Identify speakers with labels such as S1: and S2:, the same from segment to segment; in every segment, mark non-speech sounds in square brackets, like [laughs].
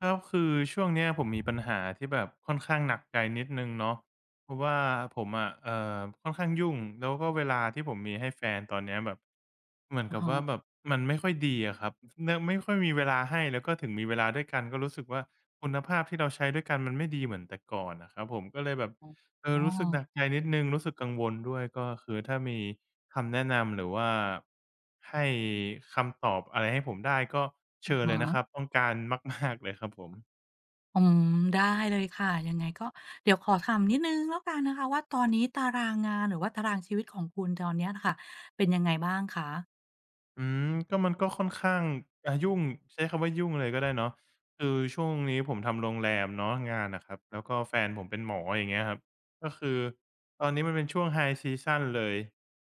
S1: ครับคือช่วงเนี้ยผมมีปัญหาที่แบบค่อนข้างหนักใจนิดนึงเนาะเพราะว่าผมอะค่อนข้างยุ่งแล้วก็เวลาที่ผมมีให้แฟนตอนเนี้ยแบบเหมือน
S2: อะ
S1: กับว่าแบ
S2: ฮะ
S1: บมันไม่ค่อยดีอะครับเนื่องไม่ค่อยมีเวลาให้แล้วก็ถึงมีเวลาด้วยกันก็รู้สึกว่าคุณภาพที่เราใช้ด้วยกันมันไม่ดีเหมือนแต่ก่อนอะครับผมก็เลยแบบ เอ
S2: อ๋
S1: อ
S2: อ
S1: รู้สึกหนักใจนิดหนึ่งรู้สึกกังวลด้วยก็คือถ้ามีคำแนะนำหรือว่าให้คำตอบอะไรให้ผมได้ก็
S2: อะ
S1: เชิญเล
S2: ฮะ
S1: ยนะครับต้องการมากๆเลยครับผม
S2: อืมได้เลยค่ะยังไงก็เดี๋ยวขอถามนิดหนึ่งแล้วกันนะคะว่าตอนนี้ตารางงานหรือว่าตารางชีวิตของคุณตอนเนี้ยค่ะเป็นยังไงบ้างคะ
S1: อืมก็มันก็ค่อนข้างยุ่งใช้คำว่ายุ่งเลยก็ได้เนาะคือช่วงนี้ผมทำโรงแรมเนาะงานอะครับแล้วก็แฟนผมเป็นหมออย่างเงี้ยครับก็คือตอนนี้มันเป็นช่วง High season เลย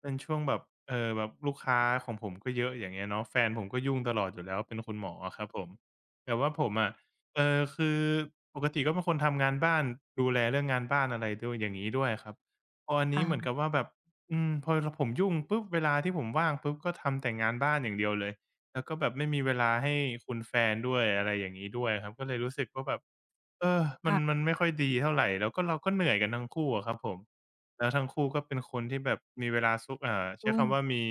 S1: เป็นช่วงแบบแบบลูกค้าของผมก็เยอะอย่างเงี้ยเนาะแฟนผมก็ยุ่งตลอดอยู่แล้วเป็นคุณหมออะครับผมแต่ว่าผมอะคือปกติก็เป็นคนทำงานบ้านดูแลเรื่องงานบ้านอะไรด้วยอย่างงี้ด้วยครับพออันนี้
S2: อา
S1: เหมือนกับว่าแบบ อืมพอผมยุ่งปุ๊บเวลาที่ผมว่างปุ๊บก็ทำแต่งานบ้านอย่างเดียวเลยแล้วก็แบบไม่มีเวลาให้คุณแฟนด้วยอะไรอย่างงี้ด้วยครับก็เลยรู้สึกว่าแบบเออมัน
S2: ค่ะ
S1: มันไม่ค่อยดีเท่าไรแล้วก็เราก็เหนื่อยกันทั้งคู่อะครับผมแล้วทั้งคู่ก็เป็นคนที่แบบมีเวลาซุกใช้
S2: ยุ่ง
S1: คำว่ามี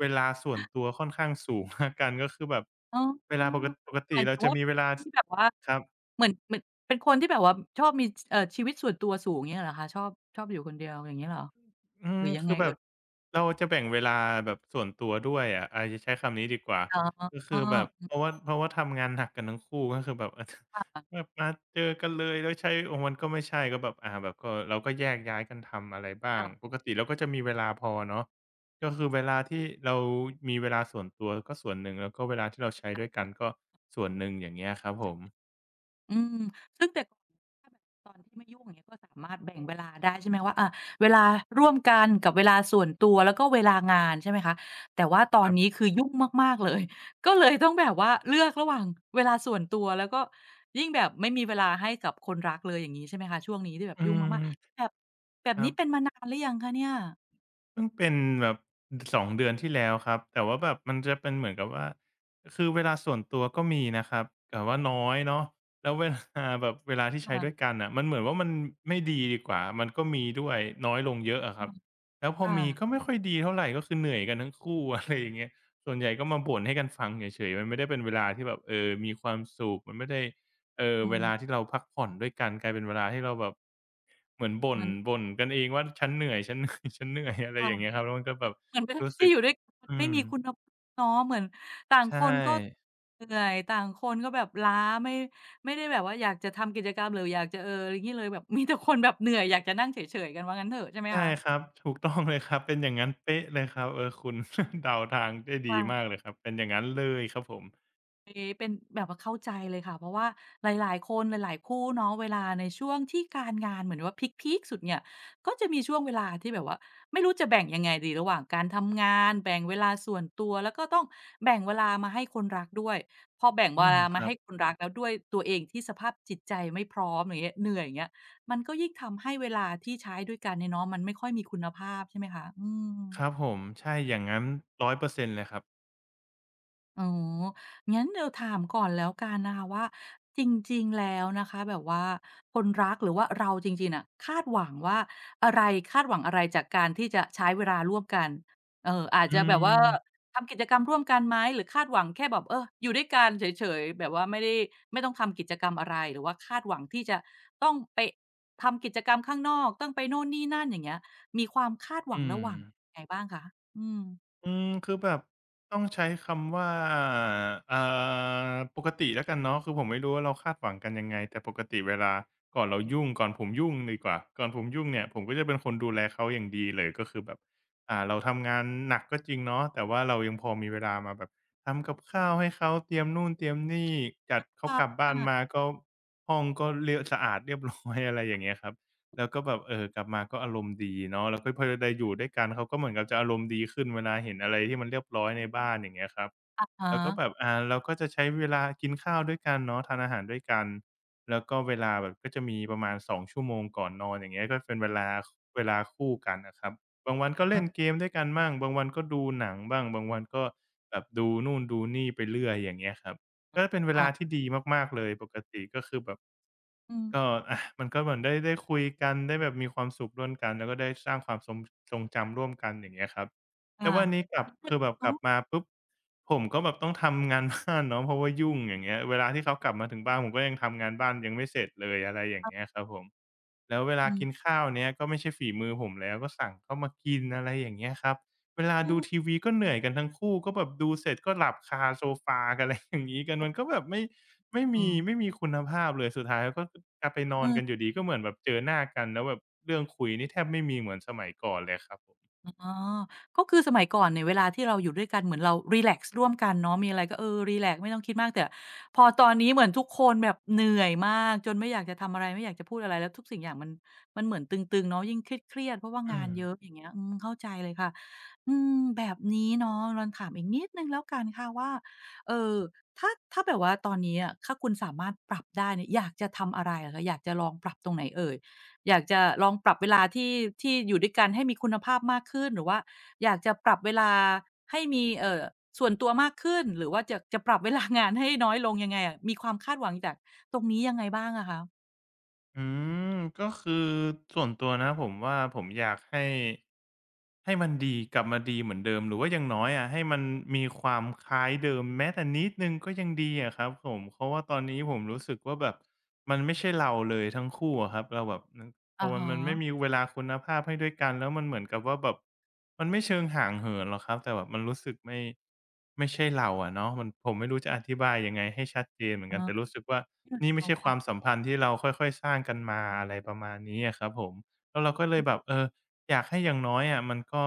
S1: เวลาส่วนตัวค่อนข้างสูง [laughs] แล้วกันก็คือแบบ
S2: อ๋อ
S1: เวลาปก
S2: ห
S1: ติ
S2: มาย
S1: เรา
S2: ถึง
S1: จะ
S2: ว่า
S1: มีเวลา
S2: ที่แบบว่า
S1: ครับ
S2: เหมือนเป็นคนที่แบบว่าชอบมีชเอ่อชีวิตส่วนตัวสูงเงี้ยเหรอคะชอบชอบอยู่คนเดียวอย่างงี้เหรอ
S1: อื
S2: ห
S1: ม
S2: รือยัง
S1: คื
S2: ไง
S1: อแบ
S2: เอ่
S1: บ
S2: ย
S1: เราจะแบ่งเวลาแบบส่วนตัวด้วยอะจะใช้คำนี้ดีกว่าก็
S2: อ๋
S1: คือ
S2: อ
S1: แบบเพราะว่าทำงานหนักกันทั้งคู่ก็คือแบบ [laughs]
S2: ค
S1: แบ
S2: ่ะ
S1: บมาเจอกันเลยแล้วใช้โอ้มันก็ไม่ใช่ก็แบบแบบก็เราก็แยกย้ายกันทำอะไรบ้าง
S2: ค่ะ
S1: ปกติเราก็จะมีเวลาพอเนาะก็คือเวลาที่เรามีเวลาส่วนตัวก็ส่วนหนึ่งแล้วก็เวลาที่เราใช้ด้วยกันก็ส่วนหนึ่งอย่างเงี้ยครับผม
S2: อืมซึ่งแต่ก่อนถ้าแบบตอนที่ไม่ยุ่งอย่างเงี้ยก็สามารถแบ่งเวลาได้ใช่ไหมว่าอาเวลาร่วมกันกับเวลาส่วนตัวแล้วก็เวลางานใช่ไหมคะแต่ว่าตอ
S1: ค
S2: น
S1: รั
S2: นี้
S1: บ
S2: คือยุ่งมากๆเลย [laughs] ก็เลยต้องแบบว่าเลือกระหว่างเวลาส่วนตัวแล้วก็ยิ่งแบบไม่มีเวลาให้กับคนรักเลยอย่างงี้ใช่ไหมคะช่วงนี้ที่แบบ
S1: อื
S2: ยุ่ง
S1: ม
S2: มากๆแบบแบบ
S1: ครั
S2: นี้เป็น
S1: บ
S2: มานานหรือยังคะเนี่ย
S1: เพิ่งเป็นแบบ2เดือนที่แล้วครับแต่ว่าแบบมันจะเป็นเหมือนกับว่าคือเวลาส่วนตัวก็มีนะครับแต่ว่าน้อยเนาะแล้วเวลาแบบเวลาที่ใช้ด้วย
S2: ค่ะ
S1: กันน่ะมันเหมือนว่ามันไม่ดีดีกว่ามันก็มีด้วยน้อยลงเยอะอะครั
S2: ค่ะ
S1: บแล้วพอ
S2: ค่ะ
S1: มีก็ไม่ค่อยดีเท่าไรก็คือเหนื่อยกันทั้งคู่ [laughs] อะไรอย่างเงี้ยส่วนใหญ่ก็มาบ่นให้กันฟังเฉยๆมันไม่ได้เป็นเวลาที่แบบเออมีความสุขมันไม่ได้ เออ
S2: อื
S1: เว
S2: ม
S1: ลาที่เราพักผ่อนด้วยกันกลายเป็นเวลาที่เราแบบเหมือนบ่น
S2: มัน
S1: กันเองว่าฉันเหนื่อย [laughs] ฉันเหนื่อยอะไรอย่างเงี้ย
S2: ค่ะ
S1: ครับแล้วมันก็แบบ
S2: เหมือนเวลา
S1: รู้สึ
S2: ที่
S1: ก
S2: อยู่ด้วยกันมัน
S1: อื
S2: ไม่
S1: ม
S2: มีคุณภาพเนาะเหมือนต่าง
S1: ใช่
S2: คนก็เหนื่อยต่างคนก็แบบล้าไม่ไม่ได้แบบว่าอยากจะทำกิจกรรมหรืออยากจะเอออย่างงี้เลยแบบมีแต่คนแบบเหนื่อยอยากจะนั่งเฉยๆกันว่างั้นเถอะใช่ไหม
S1: ใช่
S2: คะ
S1: ครับถูกต้องเลยครับเป็นอย่างงั้นเป๊ะเลยครับเออคุณ [laughs] เดาทางได้ดี
S2: ค่ะ
S1: มากเลยครับเป็นอย่างงั้นเลยครับผม
S2: นี้เป็นแบบว่าเข้าใจเลยค่ะเพราะว่าหลายๆคนหลายๆคู่เนาะเวลาในช่วงที่การงานเหมือนว่าพีกๆสุดเนี่ยก็จะมีช่วงเวลาที่แบบว่าไม่รู้จะแบ่งยังไงดีระหว่างการทำงานแบ่งเวลาส่วนตัวแล้วก็ต้องแบ่งเวลามาให้คนรักด้วยพอแบ่งเว
S1: อืม
S2: ลา
S1: ค
S2: มา
S1: รั
S2: ให้
S1: บ
S2: คนรักแล้วด้วยตัวเองที่สภาพจิตใจไม่พร้อมอย่างเงี้ยเหนื่อยอย่างเงี้ยมันก็ยิ่งทำให้เวลาที่ใช้ด้วยกันเนี่ยเนาะมันไม่ค่อยมีคุณภาพใช่ไหมคะอืม
S1: ครับผมใช่อย่างงั้นร้อยเปอร์เซ็นต์เลยครับ
S2: อ๋องั้นเดี๋ยวถามก่อนแล้วกันนะคะว่าจริงๆแล้วนะคะแบบว่าคนรักหรือว่าเราจริงๆน่ะคาดหวังว่าอะไรคาดหวังอะไรจากการที่จะใช้เวลาร่วมกันอาจ
S1: อื
S2: จะแบบว่า
S1: ม
S2: ทำกิจกรรมร่วมกันไหมหรือคาดหวังแค่แบบเอออยู่ด้วยกันเฉยๆแบบว่าไม่ได้ไม่ต้องทำกิจกรรมอะไรหรือว่าคาดหวังที่จะต้องไปทำกิจกรรมข้างนอกต้องไปโน่นนี่นั่นอย่างเงี้ยมีความคาดหวัง
S1: อื
S2: ระห
S1: ม
S2: ว่างไงบ้างคะอืม
S1: อืมคือแบบต้องใช้คำว่าอ่าปกติแล้วกันเนาะคือผมไม่รู้ว่าเราคาดหวังกันยังไงแต่ปกติเวลาก่อนเรายุ่งก่อนผมยุ่งเนี่ยผมก็จะเป็นคนดูแลเขาอย่างดีเลยก็คือแบบเราทำงานหนักก็จริงเนาะแต่ว่าเรายังพอมีเวลามาแบบทำกับข้าวให้เขาเตรียมนู่นเตรียมนี่จัดเขา
S2: ค่
S1: กลับบ้านมา
S2: ะ
S1: ก็ห้องก็เรียบสะอาดเรียบร้อยอะไรอย่างเงี้ยครับ แล้วก็แบบเออกลับมาก็อารมณ์ดีเนาะแล้วก็พอได้อยู่ด้วยกันเขาก็เหมือนกับจะอารมณ์ดีขึ้นเวลาเห็นอะไรที่มันเรียบร้อยในบ้านอย่างเงี้ยครับ
S2: อะฮะ
S1: แล้วก็แบบเราก็จะใช้เวลากินข้าวด้วยกันเนาะทานอาหารด้วยกันแล้วก็เวลาแบบก็จะมีประมาณ2ชั่วโมงก่อนนอนอย่างเงี้ยก็เป็นเวลาคู่กันนะครับบางวันก็เล่นเกมด้วยกันบ้างบางวันก็ดูหนังบ้างบางวันก็แบบดูนู่นดูนี่ไปเรื่อยอย่างเงี้ยครับก็เป็นเวลา
S2: ค่ะ
S1: ที่ดีมากๆเลยปกติก็คือแบบ
S2: อืม
S1: ก็อะมันก็เหมือนได้คุยกันได้แบบมีความสุขร่วมกันแล้วก็ได้สร้างความทรงจำร่วมกันอย่างเงี้ยครับแต่
S2: ค่ะ
S1: วันนี้กลับ
S2: มันก็
S1: คือแบบกลับ
S2: เนาะ
S1: มาปุ๊บผมก็แบบต้องทำงานบ้าน [laughs] เนาะเพราะว่ายุ่งอย่างเงี้ยเวลาที่เขากลับมาถึงบ้านผมก็ยังทำงานบ้านยังไม่เสร็จเลยอะไรอย่า
S2: ค
S1: ง
S2: รั
S1: เงี้ย
S2: บ
S1: ครับผมแล้วเวลา
S2: อื
S1: กิน
S2: ม
S1: ข้าวเนี้ยก็ไม่ใช่ฝีมือผมแล้วก็สั่งเข้ามากินอะไรอย่างเงี้ยครับเวลา
S2: อื
S1: ดู
S2: ม
S1: ทีวีก็เหนื่อยกันทั้งคู่ก็แบบดูเสร็จก็หลับคาโซฟากันอะไรอย่างงี้กันมันก็แบบไม่ ไม่
S2: อือ
S1: มีไม่มีคุณภาพเลยสุดท้ายก็กลับไปนอนกันอ
S2: เออ
S1: ยู่ดีก็เหมือนแบบเจอหน้ากันแล้วแบบเรื่องคุยนี่แทบไม่มีเหมือนสมัยก่อนเลยครับผม
S2: อ๋อก็คือสมัยก่อนเนี่ยเวลาที่เราอยู่ด้วยกันเหมือนเรารีแลกซ์ร่วมกันเนาะมีอะไรก็เออรีแลกซ์ไม่ต้องคิดมากแต่พอตอนนี้เหมือนทุกคนแบบเหนื่อยมากจนไม่อยากจะทำอะไรไม่อยากจะพูดอะไรแล้วทุกสิ่งอย่างมันเหมือนตึงๆเนาะยิ่งเครียดๆเพราะว่า
S1: อื
S2: งาน
S1: ม
S2: เยอะอย่างเงี้ยอืมเข้าใจเลยค่ะ อืมแบบนี้เนาะรอนถามอีกนิดหนึ่งแล้วกันค่ะว่าเอ่อถ้าแบบว่าตอนนี้อะถ้าคุณสามารถปรับได้เนี่ยอยากจะทำอะไรอะคะอยากจะลองปรับตรงไหนเอ่ยอยากจะลองปรับเวลาที่อยู่ด้วยกันให้มีคุณภาพมากขึ้นหรือว่าอยากจะปรับเวลาให้มีส่วนตัวมากขึ้นหรือว่าจะปรับเวลางานให้น้อยลงยังไงอะมีความคาดหวังจากตรงนี้ยังไงบ้างอะคะ
S1: อืมก็คือส่วนตัวนะผมว่าผมอยากให้ให้มันดีกลับมาดีเหมือนเดิมหรือว่าอย่างน้อยอะให้มันมีความคล้ายเดิมแม้แต่นิดหนึ่งก็ยังดีอะครับผมเพราะว่าตอนนี้ผมรู้สึกว่าแบบมันไม่ใช่เราเลยทั้งคู่อะครับเราแบบ โอ้
S2: อะ
S1: มัน
S2: ฮะ
S1: มันไม่มีเวลาคุณภาพให้ด้วยกันแล้วมันเหมือนกับว่าแบบมันไม่เชิงห่างเหินหรอกครับแต่แบบมันรู้สึกไม่ไม่ใช่เราอะเนาะมันผมไม่รู้จะอธิบายยังไงให้ชัดเจนเหมือ
S2: อ๋
S1: น
S2: อ
S1: กันแต่รู้สึกว่า
S2: เรื่อง
S1: นี่
S2: ข
S1: ไม่
S2: อง
S1: ใช่
S2: ค
S1: ค
S2: วาม
S1: วามสัมพันธ์ที่เราค่อยๆสร้างกันมาอะไรประมาณนี้อะครับผมแล้วเราก็เลยแบ
S2: อื
S1: บเอออยากให้อย่างน้อยอะมันก็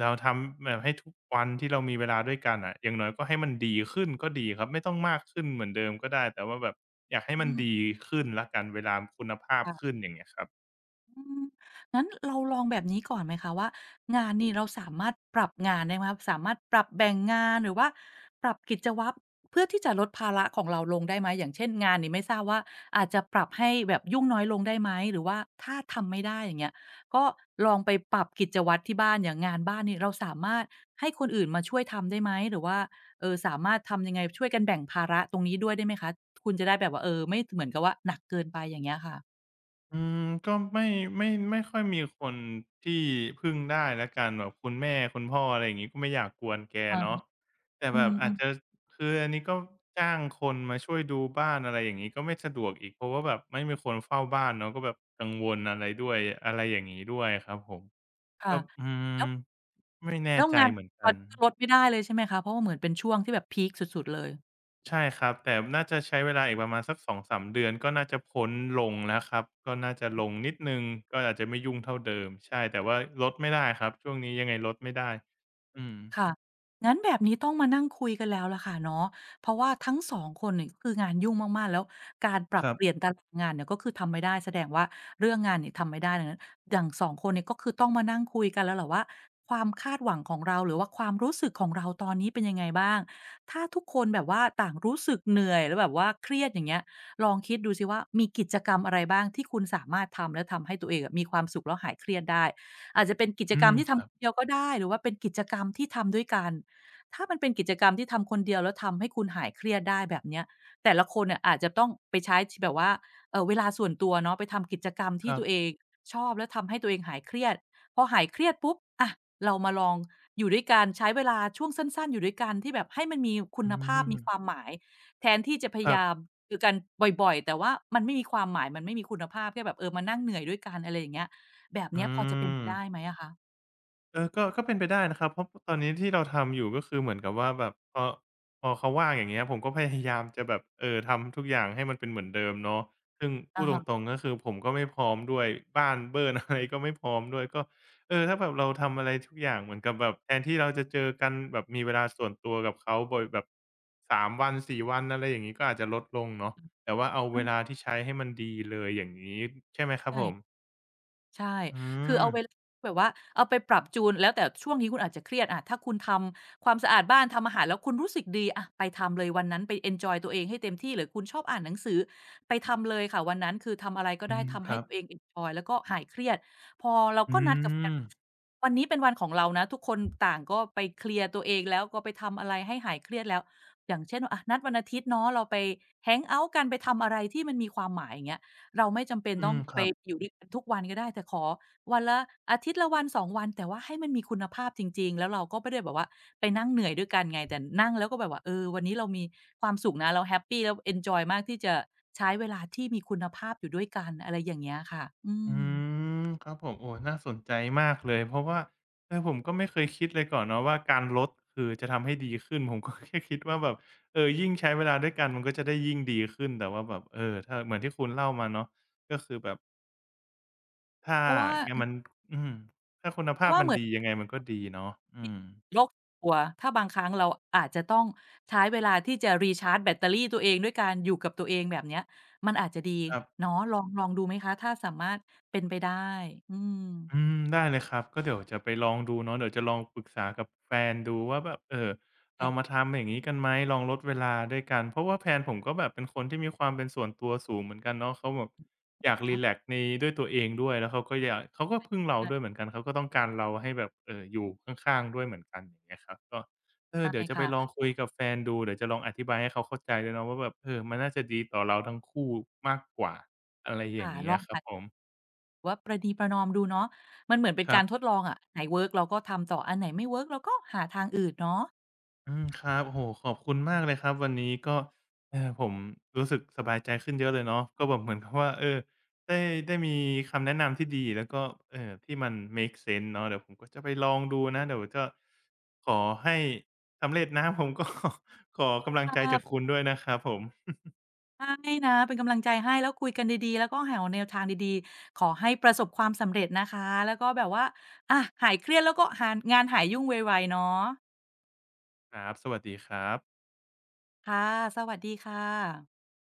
S1: เราทำแบบให้ทุกวันที่เรามีเวลาด้วยกันอะอย่างน้อยก็ให้มันดีขึ้นก็ดีครับไม่ต้องมากขึ้นเหมือนเดิมก็ได้แต่ว่าแบบอยากให้มันดี
S2: ม
S1: ขึ้นแล้วกันเวลาคุณภาพขึ้น
S2: ค่ะ
S1: อย่างเงี้ยครับ
S2: อืมงั้นเราลองแบบนี้ก่อนไหมคะว่างานนี่เราสามารถปรับงานได้ไหมครับสามารถปรับแบ่งงานหรือว่าปรับกิจวัตรเพื่อที่จะลดภาระของเราลงได้ไหมอย่างเช่นงานนี่ไม่ทราบว่าอาจจะปรับให้แบบยุ่งน้อยลงได้ไหมหรือว่าถ้าทำไม่ได้อย่างเงี้ยก็ลองไปปรับกิจวัตรที่บ้านอย่างงานบ้านนี่เราสามารถให้คนอื่นมาช่วยทำได้ไหมหรือว่าสามารถทำยังไงช่วยกันแบ่งภาระตรงนี้ด้วยได้ไหมคะคุณจะได้แบบว่าเออไม่ถเหมือนกับว่าหนักเกินไปอย่างเงี้ยค่ะ
S1: อืมก็ไม่ไม่ค่อยมีคนที่พึ่งได้แล้วกันแบบคุณแม่คุณพ่ออะไรอย่างงี้ก็ไม่อยากกวนแก
S2: อา
S1: เนาะแต่
S2: อื
S1: แบบอาจ
S2: ม
S1: จะคืออันนี้ก็จ้างคนมาช่วยดูบ้านอะไรอย่างงี้ก็ไม่สะดวกอีกเพราะว่าแบบไม่มีคนเฝ้าบ้านเนาะก็แบบกังวลอะไรด้วยอะไรอย่างงี้ด้วยครับผม
S2: ๆ
S1: ก็
S2: ค่ะ
S1: อืม
S2: แล้ว
S1: ไม่แน่
S2: แล้ว
S1: ใจ
S2: งาน
S1: เหมือน
S2: ต
S1: กั
S2: อ
S1: น
S2: นนี้ก็ลดไม่ได้เลยใช่ไหมคะเพราะว่าเหมือนเป็นช่วงที่แบบพีกสุดๆเลย
S1: ใช่ครับแต่น่าจะใช้เวลาอีกประมาณสักสองสามเดือนก็น่าจะพ้นลงแล้วครับก็น่าจะลงนิดหนึ่งก็อาจจะไม่ยุ่งเท่าเดิมใช่แต่ว่าลดไม่ได้ครับช่วงนี้ยังไงลดไม่ได้อืม
S2: ค่ะงั้นแบบนี้ต้องมานั่งคุยกันแล้วล่ะค่ะเนาะเพราะว่าทั้งสองคนเนี่ยก็คืองานยุ่งมากๆแล้วการปรั
S1: ค
S2: บ
S1: รับ
S2: เปลี่ยนตารางงานเนี่ยก็คือทำไม่ได้แสดงว่าเรื่องงานเนี่ยทำไม่ได้ดังนั้นอย่างสองคนเนี่ยก็คือต้องมานั่งคุยกันแล้วแหละว่าความคาดหวังของเราหรือว่าความรู้สึกของเราตอนนี้เป็นยังไงบ้างถ้าทุกคนแบบว่าต่างรู้สึกเหนื่อยแล้วแบบว่าเครียดอย่างเงี้ยลองคิดดูสิว่ามีกิจกรรมอะไรบ้างที่คุณสามารถทำแล้วทำให้ตัวเองอะมีความสุขแล้วหายเครียดได้ อาจจะเป็นกิจ
S1: อื
S2: กรรม
S1: ม
S2: ที่
S1: ครั
S2: ทำค
S1: บ
S2: นเดียวก็ได้หรือว่าเป็นกิจกรรมที่ทำด้วยกัน ถ้ามันเป็นกิจกรรมที่ทำคนเดียวแล้วทำให้คุณหายเครียดได้แบบเนี้ยแต่ละคนเนี่ยอาจจะต้องไปใช้ชแบบว่าเวลาส่วนตัวเนาะไปทำกิจกรรม
S1: ค
S2: ที่
S1: รั
S2: ตั
S1: บ
S2: วเองชอบแล้วทำให้ตัวเองหายเครียดพอหายเครียดปุ๊บอะเรามาลองอยู่ด้วยกันใช้เวลาช่วงสั้นๆอยู่ด้วยกันที่แบบให้มันมีคุ
S1: อื
S2: ณภาพมีความ
S1: ม
S2: หมายแทนที่จะพ
S1: ค
S2: ยา
S1: รั
S2: ยาม
S1: บ
S2: เจอยู่กันบ่อยๆแต่ว่ามันไม่มีความหมายมันไม่มีคุณภาพแค่แบบเออมานั่งเหนื่อยด้วยกันอะไรอย่างเงี้ย แบบ
S1: อื
S2: เนี้ยพอจะเป็น
S1: ม
S2: ไปได้ไหมอะคะ
S1: เออก็เป็นไปได้นะครับเพราะตอนนี้ที่เราทำอยู่ก็คือเหมือนกับว่าแบบพอเขาว่างอย่างเงี้ยผมก็พยายามจะแบบทำทุกอย่างให้มันเป็นเหมือนเดิมเนาะซึ่งพู
S2: อะ
S1: ดตร
S2: ฮะ
S1: งๆก็คือผมก็ไม่พร้อมด้วยบ้านเบิร์น [laughs] อะไรก็ไม่พร้อมด้วยก็เออถ้าแบบเราทำอะไรทุกอย่างเหมือนกับแบบแทนที่เราจะเจอกันแบบมีเวลาส่วนตัวกับเขาบ่อยแบบสามวันสี่วันอะไรอย่างงี้ก็อาจจะลดลงเนาะแต่ว่าเอา
S2: อื
S1: เว
S2: ม
S1: ลาที่ใช้ให้มันดีเลยอย่างงี้ใช่ไหมครับ
S2: ใช่
S1: ผม
S2: ใช่
S1: อื
S2: คือ
S1: ม
S2: เอาเวลาแบบว่าเอาไปปรับจูนแล้วแต่ช่วงนี้คุณอาจจะเครียดอะถ้าคุณทำความสะอาดบ้านทำอาหารแล้วคุณรู้สึกดีอะไปทำเลยวันนั้นไปเอนจอยตัวเองให้เต็มที่หรือคุณชอบอ่านหนังสือไปทำเลยค่ะวันนั้นคือทำอะไรก็
S1: อื
S2: ได้
S1: ม
S2: ทำ
S1: ค
S2: ให้
S1: รับ
S2: ตัวเองเอนจอยแล้วก็หายเครียดพอเราก็
S1: อื
S2: นัดกับแฟน
S1: ม
S2: วันนี้เป็นวันของเรานะทุกคนต่างก็ไปเคลียร์ตัวเองแล้วก็ไปทำอะไรให้หายเครียดแล้วอย่างเช่นว่าอะนัดวันอาทิตย์เนาะเราไปแฮงเอาต์กันไปทำอะไรที่มันมีความหมายอย่างเงี้ย เราไม่จำเป็น
S1: อื
S2: ต้อง
S1: มค
S2: ไป
S1: รับ
S2: อยู่ด้วยกันทุกวันก็ได้แต่ขอวันละอาทิตย์ละวันสองวันแต่ว่าให้มันมีคุณภาพจริงๆแล้วเราก็ไม่ได้แบบว่าไปนั่งเหนื่อยด้วยกันไงแต่นั่งแล้วก็แบบว่าเออวันนี้เรามีความสุขนะเราแฮปปีแล้วเอนจอยมากที่จะใช้เวลาที่มีคุณภาพอยู่ด้วยกันอะไรอย่างเงี้ยค่ะอื
S1: อื
S2: ม
S1: มครับผมโอ้น่าสนใจมากเลยเพราะว่าเออผมก็ไม่เคยคิดเลยก่อนเนาะว่าการลดคือจะทำให้ดีขึ้นผมก็แค่คิดว่าแบบเออยิ่งใช้เวลาด้วยกันมันก็จะได้ยิ่งดีขึ้นแต่ว่าแบบเออถ้าเหมือนที่คุณเล่ามาเนาะก็คือแบบถ้า
S2: เพราะว่า
S1: เนี่ยมันอืมถ้าคุณ
S2: เพ
S1: ภา
S2: ราะ
S1: พ
S2: ว่า
S1: มั
S2: เห
S1: น
S2: มือน
S1: ดียังไงมันก็ดีเนาะอืม
S2: โรคตัวถ้าบางครั้งเราอาจจะต้องใช้เวลาที่จะ recharge แบตเตอรี่ตัวเองด้วยการอยู่กับตัวเองแบบเนี้ยมันอาจจะดี
S1: ครับ
S2: เนาะลองดูไหมคะถ้าสามารถเป็นไปได้อืม
S1: อืมได้เลยครับก็เดี๋ยวจะไปลองดูเนาะเดี๋ยวจะลองปรึกษากับแฟนดูว่าแบบเออ
S2: แต่
S1: เรามาทำอย่างงี้กันไหมลองลดเวลาด้วยกันเพราะว่าแฟนผมก็แบบเป็นคนที่มีความเป็นส่วนตัวสูงเหมือนกันเนาะเขาแบบอยากรี
S2: เนาะ
S1: แลกซ์ในด้วยตัวเองด้วยแล้วเขาก็พึ่งเราด้วยเห
S2: อา
S1: มือนกันเขาก็ต้องการเราให้แบบอยู่ข้างๆด้วยเหมือนกันอย่างเงี้ยครับก็เออ
S2: ใช่
S1: เดี๋ยวจะไปลอง
S2: ค่ะ
S1: คุยกับแฟนดูเดี๋ยวจะลองอธิบายให้เขาเข้าใจด้วยเนาะว่าแบบเออมันน่าจะดีต่อเราทั้งคู่มากกว่าอะไรอย่า
S2: ค่ะ
S1: งเงี้
S2: ล
S1: ย
S2: อง
S1: ครั
S2: อา
S1: บผ
S2: จ
S1: ม
S2: ว่าประนีประนอมดูเนาะมันเหมือนเป็น
S1: ครั
S2: กา
S1: บ
S2: รทดลองอะอันไหนเวิร์กเราก็ทำต่ออันไหนไม่เวิร์กเราก็หาทางอื่นเนาะ
S1: อืมครับโอ้โฮขอบคุณมากเลยครับวันนี้ก็เออผมรู้สึกสบายใจขึ้นเยอะเลยเนาะก็แบบเหมือนกับว่าเออได้ได้มีคำแนะนำที่ดีแล้วก็ที่มันเมกเซนส์เนาะเดี๋ยวผมก็จะไปลองดูนะเดี๋ยวจะขอให้สำเร็จนะผมก็ขอกำลัง
S2: ค
S1: ใจจากคุ
S2: ่ะ
S1: ณด้วยนะครับผม
S2: ใช่นะเป็นกำลังใจให้แล้วคุยกันดีๆแล้วก็หาแนวทางดีๆขอให้ประสบความสำเร็จนะคะแล้วก็แบบว่าอะหายเครียดแล้วก็หานงานหายยุ่งไวๆเนาะ
S1: ครับสวัสดีครับ
S2: ค่ะสวัสดีค่ะ